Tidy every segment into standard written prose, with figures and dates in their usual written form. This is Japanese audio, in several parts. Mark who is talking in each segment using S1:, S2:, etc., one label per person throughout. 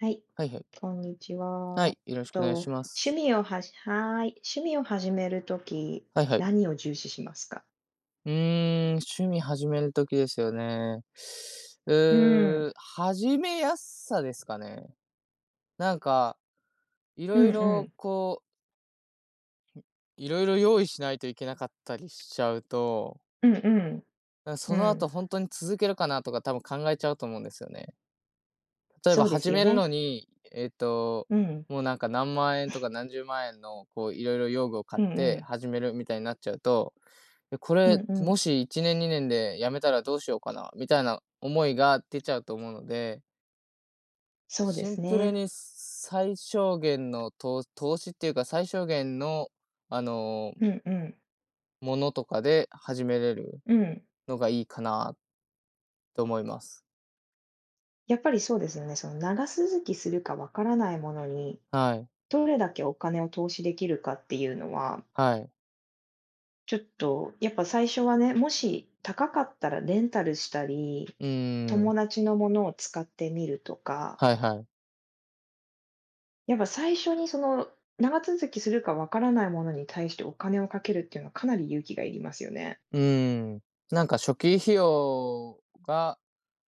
S1: はい、
S2: はいはい。
S1: こんにち
S2: は
S1: は。
S2: い、よろしくお
S1: と、
S2: 願いしま
S1: 趣
S2: す。
S1: 味をはじはーい、趣味を始めるとき、
S2: はいはい。
S1: 何を重視しますか？
S2: うーん、趣味始める時ですよね。
S1: うん、
S2: 始めやすさですかね。なんか、い
S1: う
S2: ろ
S1: んう
S2: いろ
S1: ん、
S2: こう、いろいろ用意しないといけなかったりしちゃうと、
S1: うんうん、
S2: そ
S1: う
S2: の
S1: ん、
S2: 後本当に続けるかなとか多分考えちゃうと思うんですよね。例え
S1: そ
S2: ば
S1: うです
S2: 始
S1: よ
S2: める
S1: ね。
S2: のに、
S1: うん、
S2: もうなんか何万円とか何十万円のこういろいろ用具を買
S1: う
S2: っ
S1: んう
S2: て
S1: ん、
S2: 始めるみたいになっちゃうと、え、こ
S1: う
S2: れ
S1: んう
S2: も
S1: ん、
S2: し1年2年で辞めたらどうしようかなみたいな思いが出ちゃうと思うので、
S1: そうで
S2: シン
S1: す
S2: プル
S1: ね。
S2: に最小限の投資っていうか、最小限のあの、
S1: うんうん、
S2: ものとかで始めれる
S1: うん。
S2: のがいいかなと思います。
S1: やっぱりそうですよね、その長続きするかわからないものに、
S2: はい、
S1: どれだけお金を投資できるかっていうのは、
S2: はい。
S1: ちょっと、やっぱ最初はね、もし高かったらレンタルしたり、
S2: うーん、
S1: 友達のものを使ってみるとか、
S2: はいはい。
S1: やっぱ最初にその、長続きするかわからないものに対してお金をかけるっていうのはかなり勇気がいりますよね。
S2: うん。なんか初期費用が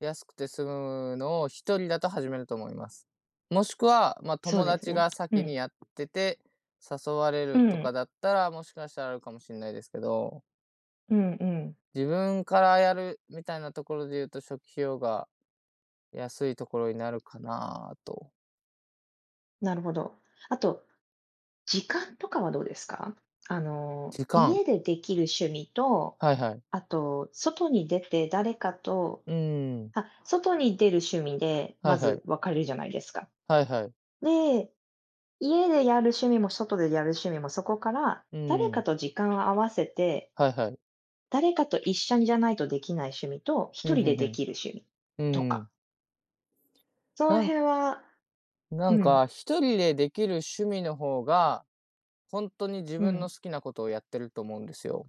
S2: 安くて済むのを一人だと始めると思います。もしくは、まあ、
S1: そう
S2: 友
S1: です
S2: 達
S1: ね。
S2: が
S1: う
S2: 先に
S1: ん。
S2: やってて、誘われ
S1: う
S2: ると
S1: ん。
S2: かだったら、もしかしたらあるかもしれないですけど、
S1: うんうん。
S2: 自分からやるみたいなところで言うと、初期費用が安いところになるかなと。
S1: なるほど。あと、時間とかはどうですか？
S2: 時間
S1: 家でできる趣味と、
S2: はいはい。
S1: あと、外に出て誰かと
S2: うん。
S1: あ、外に出る趣味で、
S2: はい
S1: ま
S2: は
S1: ず
S2: い。
S1: 分かれるじゃないですか。
S2: はいはい。
S1: で、家でやる趣味も外でやる趣味も、そこから
S2: う
S1: 誰か
S2: ん。
S1: と時間を合わせて、
S2: はいはい。
S1: 誰かと一緒にじゃないとできない趣味と、
S2: う
S1: 一人
S2: んう
S1: でで
S2: ん
S1: きる趣味
S2: う
S1: と
S2: ん。う
S1: か、
S2: ん。
S1: その
S2: なん
S1: 辺は。
S2: な
S1: う
S2: ん
S1: ん、
S2: か、一人でできる趣味の方が、本当に自
S1: う
S2: 分の
S1: ん。
S2: 好きなことをやってると思うんですよ。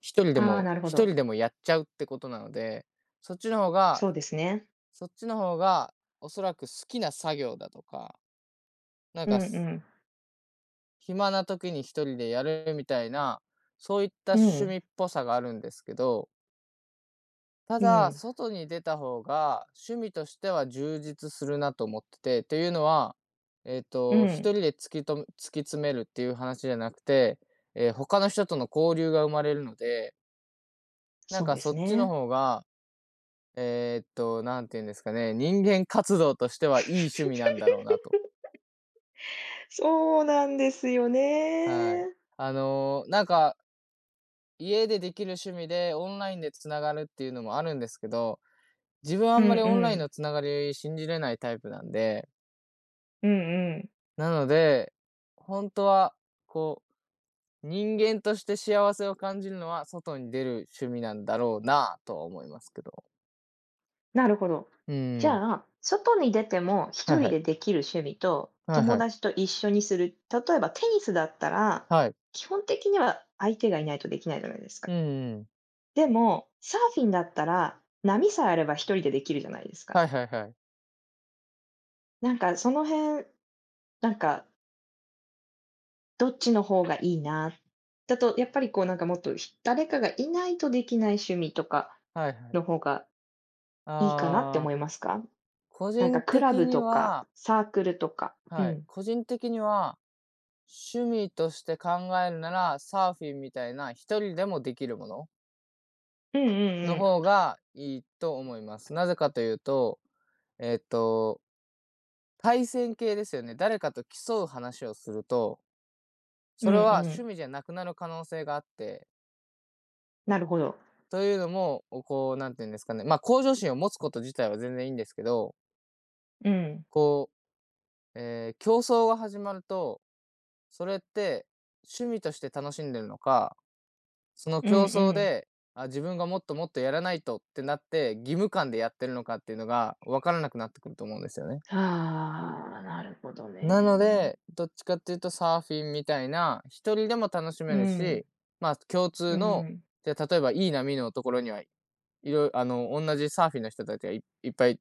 S2: 一人で
S1: ああ、
S2: も
S1: なるほ
S2: 一
S1: ど。
S2: 人でもやっちゃうってことなので、そっちの方が
S1: そうですね。
S2: そっちの方が、おそらく好きな作業だとか、なん
S1: う
S2: か、
S1: んうん。
S2: 暇な時に一人でやるみたいな、そういった
S1: う
S2: 趣
S1: ん、
S2: 味っぽさがあるんですけど、た
S1: う
S2: だ、
S1: ん、
S2: 外に出た方が、趣味としては充実するなと思ってて、というのは、
S1: う
S2: 一
S1: ん。
S2: 人で突き詰めるっていう話じゃなくて、他の人との交流が生まれるので、なん
S1: そう
S2: か
S1: で
S2: そ
S1: す
S2: っちの
S1: ね。
S2: 方が、なんていうんですかね、人間活動としてはいい趣味な んだろうなと。
S1: そうなんですよ
S2: はい。
S1: ね。
S2: なんか、家でできる趣味で、オンラインでつながるっていうのもあるんですけど、自分はあ
S1: うん
S2: ん
S1: う
S2: まりオンライン
S1: ん。
S2: のつながり信じれないタイプなんで、
S1: うんうん。
S2: なので、本当は、こう、人間として幸せを感じるのは外に出る趣味なんだろうなとは思いますけど。
S1: なるほど。
S2: う
S1: じ
S2: ー
S1: ゃ
S2: ん。
S1: あ、外に出ても
S2: は
S1: 一
S2: い
S1: 人
S2: はい。
S1: でできる趣味と、
S2: はい
S1: 友
S2: はい。
S1: 達と一緒にする、例えばテニスだったら、
S2: はい。
S1: 基本的には相手がいないとできないじゃないですか。
S2: うんうん。
S1: でも、サーフィンだったら、波さえあれば一人でできるじゃないですか。
S2: はいはいはい。
S1: なんかその辺、なんかどっちの方がいいな、だとやっぱりこうなんかもっと誰かがいないとできない趣味とか
S2: はいはい。
S1: の方がいいかなって
S2: あ
S1: 思い
S2: あ、
S1: ますか？
S2: 個
S1: なんか
S2: 人
S1: クラ
S2: 的
S1: ブ
S2: に
S1: とか、
S2: は、
S1: サークルとか。う
S2: はい、
S1: ん。
S2: 個人的には、趣味として考えるなら、サーフィンみたいな一人でもできるもの
S1: うんうん
S2: の
S1: うん。
S2: 方がいいと思います。なぜかというと、えっと対戦系ですよね。誰かと競う話をすると、
S1: うん
S2: それ
S1: う
S2: は趣
S1: ん。
S2: 味じゃなくなる可能性があって、
S1: なるほど。
S2: というのも、こう、なんていうんですかね、まあ、向上心を持つこと自体は全然いいんですけど、
S1: うん。
S2: こう、競争が始まると、それって趣味として楽しんでるのか、その
S1: うんう
S2: 競争
S1: ん。
S2: で、あ、自分がもっともっとやらないとってなって、義務感でやってるのかっていうのが分からなくなってくると思うんですよね。
S1: ああ、なるほど
S2: なの
S1: ね。
S2: で、どっちかっていうとサーフィンみたいな、一人でも楽し
S1: う
S2: める
S1: ん。
S2: し、まあ共
S1: う
S2: 通の、
S1: ん。
S2: じゃあ例えばいい波のところには、いろいろ、同じサーフィンの人たちがいっぱい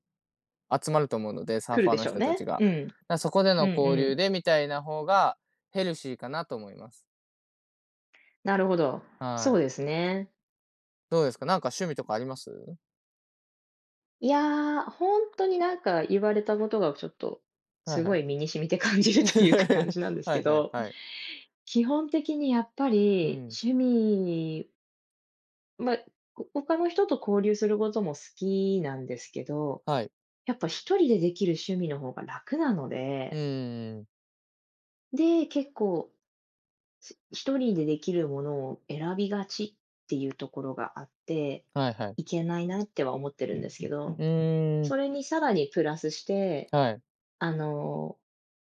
S2: 集まると思うので、サー
S1: 来
S2: フ
S1: る
S2: ァー
S1: で
S2: の
S1: しょう
S2: 人たち
S1: ね。
S2: が。
S1: うん。
S2: そこで
S1: うんう
S2: の交流
S1: ん。
S2: でみたいな方がヘルシーかなと思います。
S1: なるほど。そ
S2: は
S1: う
S2: い。
S1: ですね。
S2: どうですか、なんか趣味とかあります。
S1: いや、本当になんか言われたことがちょっと、
S2: はい
S1: す
S2: は
S1: ご
S2: い。
S1: い身に染みて感じるというか感 じなんです
S2: は
S1: け
S2: いはい
S1: ど、
S2: はい。
S1: 基本的にやっぱ
S2: う
S1: り
S2: ん。
S1: 趣味、まあ、他の人と交流することも好きなんですけど、
S2: はい。
S1: やっぱ一人でできる趣味の方が楽なの
S2: う
S1: で、
S2: んん、
S1: で、結構一人でできるものを選びがちっていうところがあって、
S2: はいはい。
S1: いけないなっては思ってるんですけど、
S2: うーん。
S1: それにさらにプラスして、
S2: はい。
S1: あの、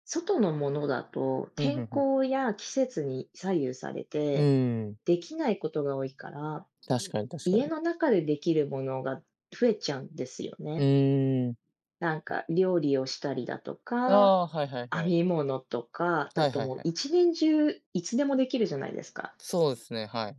S1: 外のものだと
S2: うん、うん
S1: 天
S2: うん。
S1: 候や季節に左右され
S2: う
S1: て、
S2: ーん。
S1: できないことが多いから、
S2: 確かに確か
S1: 家
S2: に。
S1: の中でできるものが増えちゃうんですよ
S2: う
S1: ね。
S2: ーん。
S1: なんか料理をしたりだと
S2: あ
S1: か、
S2: あ、はいはい
S1: 編
S2: はい。
S1: み物とかだ
S2: はい
S1: と
S2: はい
S1: もう
S2: はい。
S1: 一年中いつでもできるじゃないですか。
S2: そうですね、はい。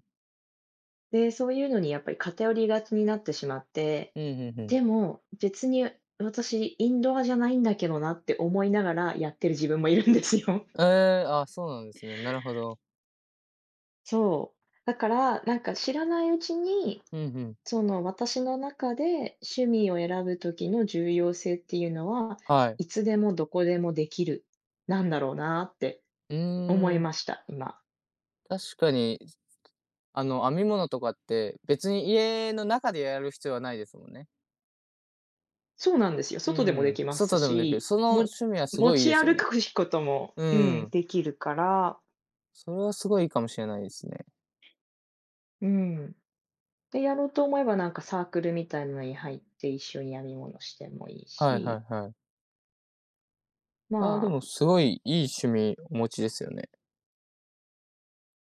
S1: で、そういうのにやっぱり偏りがちになってしまって、
S2: うん、うんう
S1: で
S2: ん。
S1: も別に私インドアじゃないんだけどなって思いながらやってる自分もいるんですよ。
S2: ええ、あ、そうなんですね。なるほど。
S1: そう。だから、なんか知らないうちに、
S2: うんうん。
S1: その私の中で趣味を選ぶ時の重要性っていうのは、
S2: はい。
S1: いつでもどこでもできる、なんだろうなって
S2: う
S1: 思い
S2: ーん、
S1: ました、今。
S2: 確かに、あの、編み物とかって別に家の中でやる必要はないですもんね。
S1: そうなんですよ。
S2: う
S1: 外でもで
S2: ん、
S1: きます
S2: 外でもできる。
S1: し、
S2: その趣味はす
S1: 持
S2: ごいいい
S1: ち
S2: ですよ
S1: 歩く
S2: ね。
S1: ことも、
S2: う
S1: うん、
S2: ん、
S1: できるから、
S2: それはすごいいいかもしれないですね。
S1: うん。で、やろうと思えばなんかサークルみたいなのに入って一緒に編み物してもいい
S2: はいは
S1: し、
S2: いはい。
S1: ま
S2: ああ、で
S1: あ、
S2: もすごいいい趣味お持ちですよね。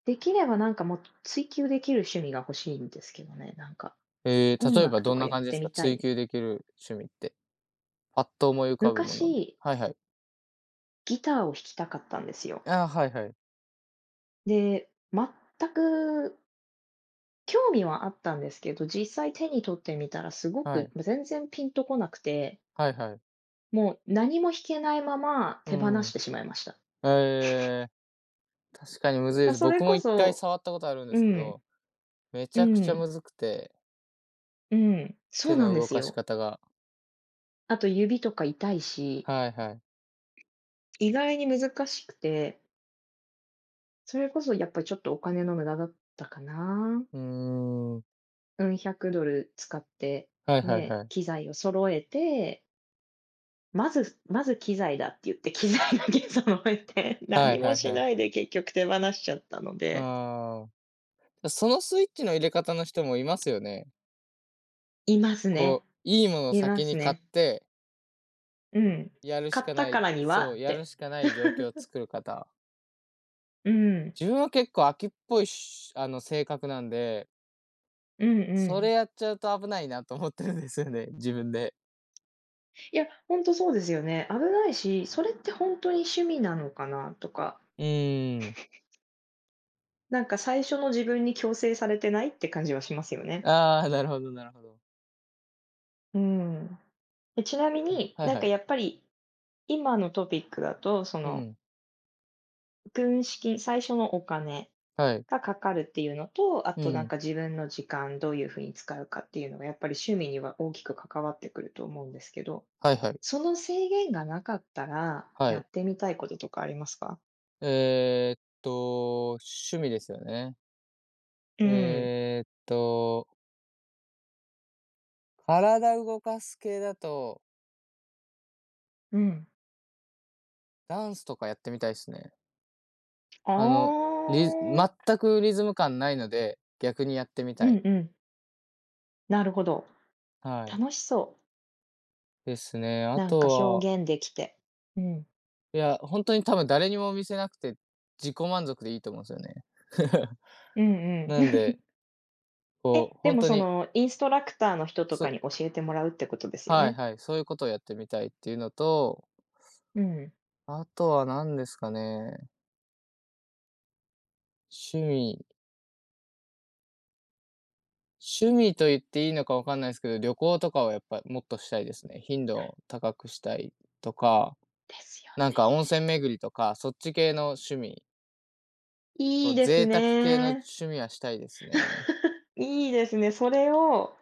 S1: できればなんかもう追求できる趣味が欲しいんですけどね、なんか、
S2: ええ、
S1: 音
S2: 例えば
S1: 楽と
S2: どん
S1: か
S2: な
S1: やっ
S2: 感じです
S1: て
S2: か？
S1: みたい
S2: 追
S1: ね。
S2: 求できる趣味って。パッと思い浮かぶもので。
S1: 昔、
S2: はいはい。
S1: ギターを弾きたかったんですよ。
S2: ああ、はいはい。
S1: で、全く興味はあったんですけど、実際手に取ってみたらすご
S2: は
S1: く、
S2: い。
S1: 全然ピンとこなくて、
S2: はいはい。
S1: もう何も弾けないまま
S2: う
S1: 手放し
S2: ん。
S1: てしまいました。
S2: ええ、確かにむずいです。
S1: それ
S2: 僕も
S1: こ
S2: 一回
S1: そ、
S2: 触ったことあるんで
S1: う
S2: すけ
S1: ん、
S2: ど、めち
S1: う
S2: ゃくちゃ
S1: ん、
S2: むずくて、
S1: うん、そ
S2: 手
S1: うなん
S2: の
S1: で
S2: 動
S1: す
S2: かし
S1: よ。
S2: 方が。
S1: あと指とか痛いし、
S2: はいはい。
S1: 意外に難しくて、それこそやっぱりちょっとお金の無駄だったかな。
S2: うーん。
S1: うん、100ドル使って、
S2: はいはい
S1: ね、
S2: はい。
S1: 機材を揃えてまず機材だって言って、機材だけ揃えて、
S2: は
S1: 何
S2: いは
S1: も
S2: い
S1: し
S2: はい。
S1: ないで結局手放しちゃったので。
S2: ああ。そのスイッチの入れ方の人もいますよね。
S1: いますね。
S2: こう、いいものを
S1: いま
S2: 先
S1: す
S2: に買っ
S1: ね。
S2: て、
S1: うん。
S2: やる
S1: 買
S2: し
S1: っ
S2: か
S1: た
S2: な
S1: か
S2: い
S1: らには
S2: そう、
S1: っ
S2: やる
S1: て。
S2: しかない状況を作る方。
S1: うん。
S2: 自分は結構飽きっぽいし性格なんで、
S1: うんう
S2: それ
S1: ん。
S2: やっちゃうと危ないなと思ってるんですよね、自分で。
S1: いや、ほんとそうですよね。危ないし、それってほんとに趣味なのかなとか、
S2: うーん。
S1: なんか最初の自分に強制されてないって感じはしますよね。
S2: ああ、なるほどなるほど。
S1: うん。え、ちなみに、
S2: はい
S1: なん
S2: は
S1: か
S2: い。
S1: やっぱり、今のトピックだと、
S2: うんうん。
S1: 軍資金、最初のお金
S2: はい。
S1: がかかるっていうのと、あ
S2: う
S1: となん
S2: ん、
S1: か自分の時間どういうふうに使うかっていうのがやっぱり趣味には大きく関わってくると思うんですけど、
S2: はいはい。
S1: その制限がなかったら
S2: は
S1: やっ
S2: い。
S1: てみたいこととかありますか？
S2: 趣味ですよね。
S1: うん、
S2: えーっと、体動かす系だと、
S1: うん。
S2: ダンスとかやってみたいですね。
S1: あ
S2: あの、全
S1: あ、
S2: くリズム感ないので、逆にやってみ
S1: う
S2: たい。
S1: んうん。なるほど。
S2: はい、
S1: 楽しそう。
S2: ですね。あ
S1: なんか
S2: とは、
S1: 表現できて。うん。
S2: いや、ほんとに多分誰にも見せなくて、自己満足でいいと思うんすよね。
S1: うんうん。
S2: なん で、こ
S1: え、
S2: う、
S1: で
S2: ほん
S1: も
S2: と
S1: そ
S2: に、
S1: のインストラクターの人とかに教
S2: そ
S1: えてもらうってことですよ
S2: はい
S1: ね？
S2: はい、そういうことをやってみたいっていうのと、
S1: うん。
S2: あとは何ですかね、趣味趣味と言っていいのかわかんないすけど、旅行とかをやっぱもっとしたいですね。頻度を高くしたいとか、
S1: ですよ
S2: なん
S1: ね。
S2: か温泉巡りとか、そっち系の趣味、こ
S1: いい
S2: う、
S1: です
S2: 贅沢系の
S1: ね。
S2: 趣味はしたいですね。
S1: いいですね。それを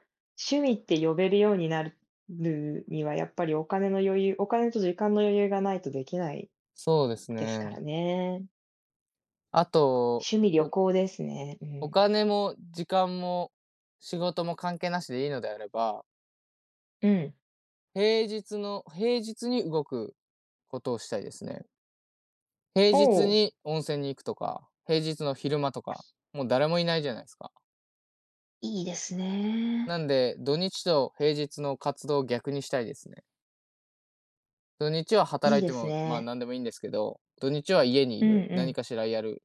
S1: 趣味って呼べるようになるには、やっぱりお金と時間の余裕がないとできない
S2: そうです
S1: ですから
S2: ね。
S1: ね。
S2: あと、
S1: 趣味旅
S2: お
S1: 行ですね。う
S2: お
S1: ん。
S2: 金も時間も仕事も関係なしでいいのであれば、
S1: うん。
S2: 平日に動くことをしたいですね。平
S1: お
S2: 日
S1: お、
S2: に温泉に行くとか、平日の昼間とか、もう誰もいないじゃないですか。
S1: いいですね。
S2: なんで、土日と平日の活動を逆にしたいですね。土日は
S1: いい
S2: 働い
S1: で
S2: て
S1: す
S2: も、まあ、
S1: ね。
S2: 何でもいいんですけど、土日は家にい
S1: うん
S2: る、
S1: う
S2: 何
S1: ん。
S2: かしらやる。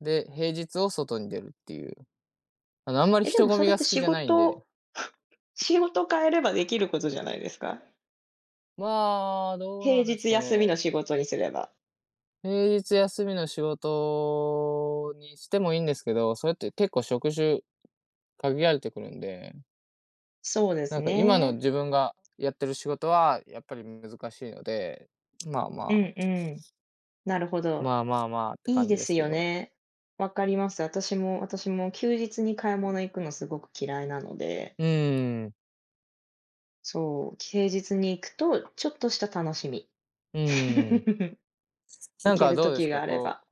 S2: で、平日を外に出るっていう。あんまり
S1: え、で
S2: 人
S1: も
S2: 混
S1: そ
S2: み
S1: れっ
S2: が
S1: て
S2: 好き
S1: 仕
S2: じゃないんで、
S1: 事 仕事変えればできることじゃないですか？
S2: まあ、どう
S1: 平
S2: なんです
S1: 日
S2: か
S1: 休みの
S2: ね。
S1: 仕事にすれば。
S2: 平日休みの仕事にしてもいいんですけど、それって結構職種限られてくるんで、
S1: そうで
S2: な
S1: す
S2: んか今の
S1: ね。
S2: 自分がやってる仕事はやっぱり難しいので、まあ
S1: うん
S2: まあ、
S1: うん。なるほど。
S2: まあまあまあって
S1: いい
S2: 感
S1: で
S2: じで
S1: す
S2: すけ
S1: よ
S2: ど。
S1: ね。わかります。私も休日に買い物行くのすごく嫌いなので、
S2: うーん、
S1: そう、平日に行くとちょっとした楽しみ。
S2: うーん。な
S1: 行
S2: ん
S1: け
S2: か
S1: る
S2: どうで
S1: 時
S2: すか、
S1: があれ
S2: こ
S1: ば。
S2: う、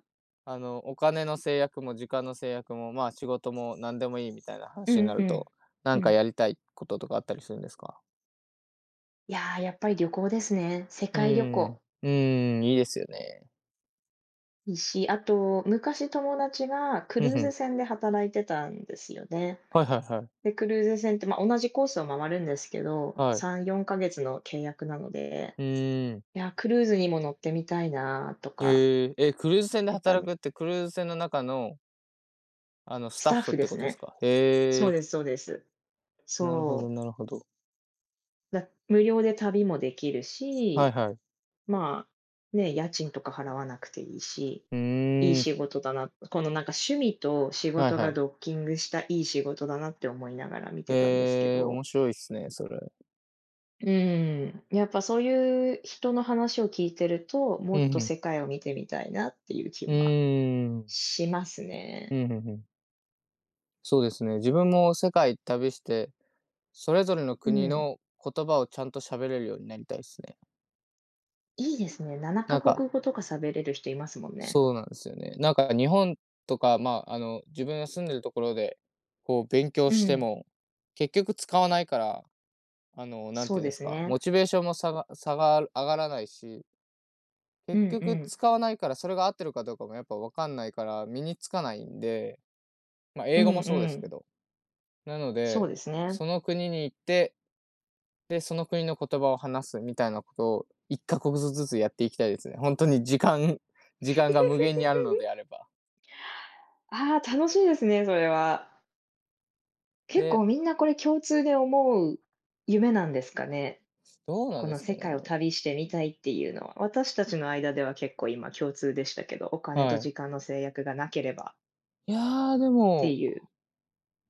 S2: お金の制約も時間の制約も、まあ仕事も何でもいいみたいな
S1: う
S2: 話にな
S1: んう
S2: ると、
S1: ん。
S2: な
S1: う
S2: んか
S1: ん。
S2: やりたいこととかあったりするんですか？
S1: いやー、やっぱり旅行ですね。世
S2: う
S1: 界旅
S2: ーん、
S1: 行。
S2: うーん、いいですよね。
S1: いいし、あと、昔友達がク
S2: うんう
S1: ルーズ
S2: ん。
S1: 船で働いてたんですよね。
S2: はいはいはい。
S1: で、クルーズ船って、まあ、同じコースを回るんですけど、
S2: はい。
S1: 3、4ヶ月の契約なので、
S2: うーん。
S1: いやー、クルーズにも乗ってみたいなーとか、
S2: へえ。え、クルーズ船で
S1: やっぱ
S2: 働
S1: ね、
S2: くって、クルーズ船の中の、あの、ス
S1: ス
S2: タッ
S1: タッ
S2: フっ
S1: フで
S2: て
S1: す
S2: ことです
S1: ね。
S2: か？へ
S1: そう
S2: え、
S1: ですそうです。
S2: なるほ
S1: そ
S2: ど
S1: う。
S2: なるほど。
S1: 無料で旅もできる
S2: はい
S1: し、
S2: はい。
S1: まあ、ね、家賃とか払わなくていいし、
S2: う
S1: いい
S2: ーん、
S1: 仕事だな、このなんか趣味と仕
S2: はい
S1: 事
S2: は
S1: が
S2: い。
S1: ドッキングしたいい仕事だなって思いながら見てたんですけ
S2: ええ、
S1: ど。
S2: 面白いっすね、それ。
S1: うん、やっぱそういう人の話を聞いてると、
S2: う
S1: もっ
S2: ん、
S1: と
S2: ふん。
S1: 世界を見てみたいなっていう気
S2: う
S1: は
S2: ーん。
S1: します
S2: う
S1: ね。
S2: ん、ふんふん。そうですね。自分も世界旅して、それぞれの
S1: う
S2: 国
S1: ん。
S2: の言葉をちゃんと喋れるようになりたいっすね。
S1: いいですね。7カ
S2: なん
S1: 国
S2: か、
S1: 語とか喋れる人いますもんね。
S2: そうなんですよね。なんか日本とか、まあ、自分が住んでるところで、こう勉強
S1: う
S2: して
S1: ん。
S2: も、結局使わないから、なん
S1: そ
S2: て
S1: う
S2: いうん
S1: で
S2: です
S1: す
S2: か、
S1: ね。
S2: モチベーションも下が上がらないし、
S1: うん
S2: 結
S1: う
S2: 局
S1: ん。
S2: 使わないから、それが合ってるかどうかもやっぱ分かんないから、身につかないんで、まあ、
S1: う
S2: 英
S1: ん
S2: 語もそうで
S1: う
S2: すけ
S1: ん。
S2: ど。なの
S1: そう
S2: で、
S1: ですね。
S2: その国に行って、で、その国の言葉を話すみたいなことを、1か国ずつやっていきたいですね。本当に時間が無限にあるのであれば。
S1: ああ、楽しいですね、それは。結
S2: で、
S1: 構みんなこれ共通で思う夢なんですかね？
S2: どうなん
S1: こ
S2: で
S1: の
S2: すか
S1: 世界を
S2: ね。
S1: 旅してみたいっていうのは。私たちの間では結構今共通でしたけど、お金
S2: は
S1: と
S2: い。
S1: 時間の制約がなければ
S2: いやー、で
S1: って
S2: も、
S1: いう。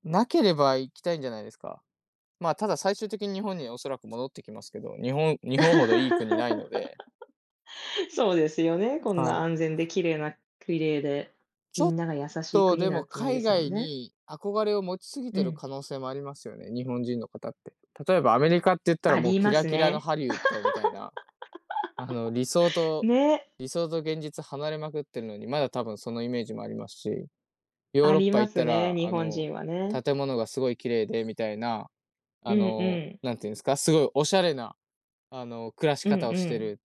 S2: なければ行きたいんじゃないですか。まあ、ただ最終的に日本におそらく戻ってきますけど、日本ほどいい国ないの で、
S1: そうですよね。こんな
S2: はい。
S1: 安全で綺麗で、
S2: ち
S1: み
S2: ょっ
S1: んなが優しい
S2: と
S1: 国
S2: で
S1: な
S2: も
S1: んてないで
S2: 海
S1: すもん
S2: 外
S1: ね。
S2: に憧れを持ちすぎ
S1: う
S2: てる
S1: ん。
S2: 可能性もありますよね、日本人の方って。例えばアメリカって言った
S1: あ
S2: らもう
S1: り
S2: キ
S1: ま
S2: ラ
S1: す
S2: キラの
S1: ね。
S2: ハリウッドみたいな、あの、理想と
S1: ね。
S2: 理想と現実離れまくってるのに、まだ多分そのイメージもありますし。ヨー
S1: あ
S2: ロッ
S1: り
S2: パ
S1: ま
S2: 行っ
S1: す
S2: た
S1: ね、
S2: ら、
S1: 日本人はね。
S2: 建物がすごい綺麗で、みたいな、
S1: うんうん。
S2: なんていうんですか、すごいおしゃれな、暮らし
S1: うん
S2: 方を
S1: う
S2: して
S1: ん。
S2: る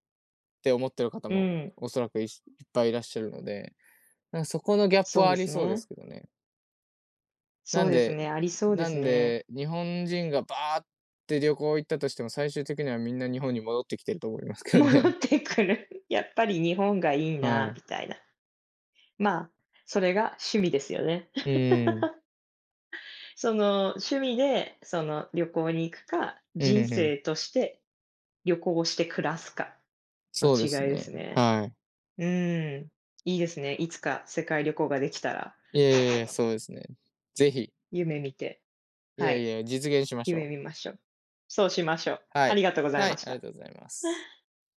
S2: って思ってる方
S1: う
S2: も
S1: ん。
S2: おそらくいっぱいいらっしゃるので、なんかそこのギャップ
S1: そう
S2: は
S1: で
S2: あり
S1: す
S2: そうで
S1: ね。
S2: すけどね。
S1: そ
S2: な
S1: う
S2: ん
S1: です
S2: で
S1: ね、ありそうで
S2: な
S1: す
S2: ん
S1: ね。
S2: で、日本人がバーって旅行行ったとしても、最終的にはみんな日本に戻ってきてると思います けど
S1: 戻っ
S2: ね。
S1: てくる。やっぱり日本がいい
S2: は
S1: な
S2: い。
S1: みたいな。まあ、それが趣味ですよね。
S2: う ん。
S1: 趣味で、旅行に行くか、
S2: うん
S1: 人
S2: うんうん。
S1: 生として旅行をして暮らすかの
S2: そうで
S1: 違
S2: す
S1: いです
S2: ね。
S1: ね。
S2: はい。
S1: うーん、いいですね。いつか世界旅行ができたら、
S2: いやいやいや、そうですね。ぜひ、
S1: 夢見て、
S2: い
S1: は
S2: やい
S1: い。
S2: や、実現しまし
S1: 夢
S2: ょ
S1: 見
S2: う。
S1: ましょう。そうしましょう。
S2: は
S1: あ
S2: い。
S1: りがとうござい
S2: は
S1: ま
S2: い、
S1: し
S2: ありが
S1: た。
S2: とうございます。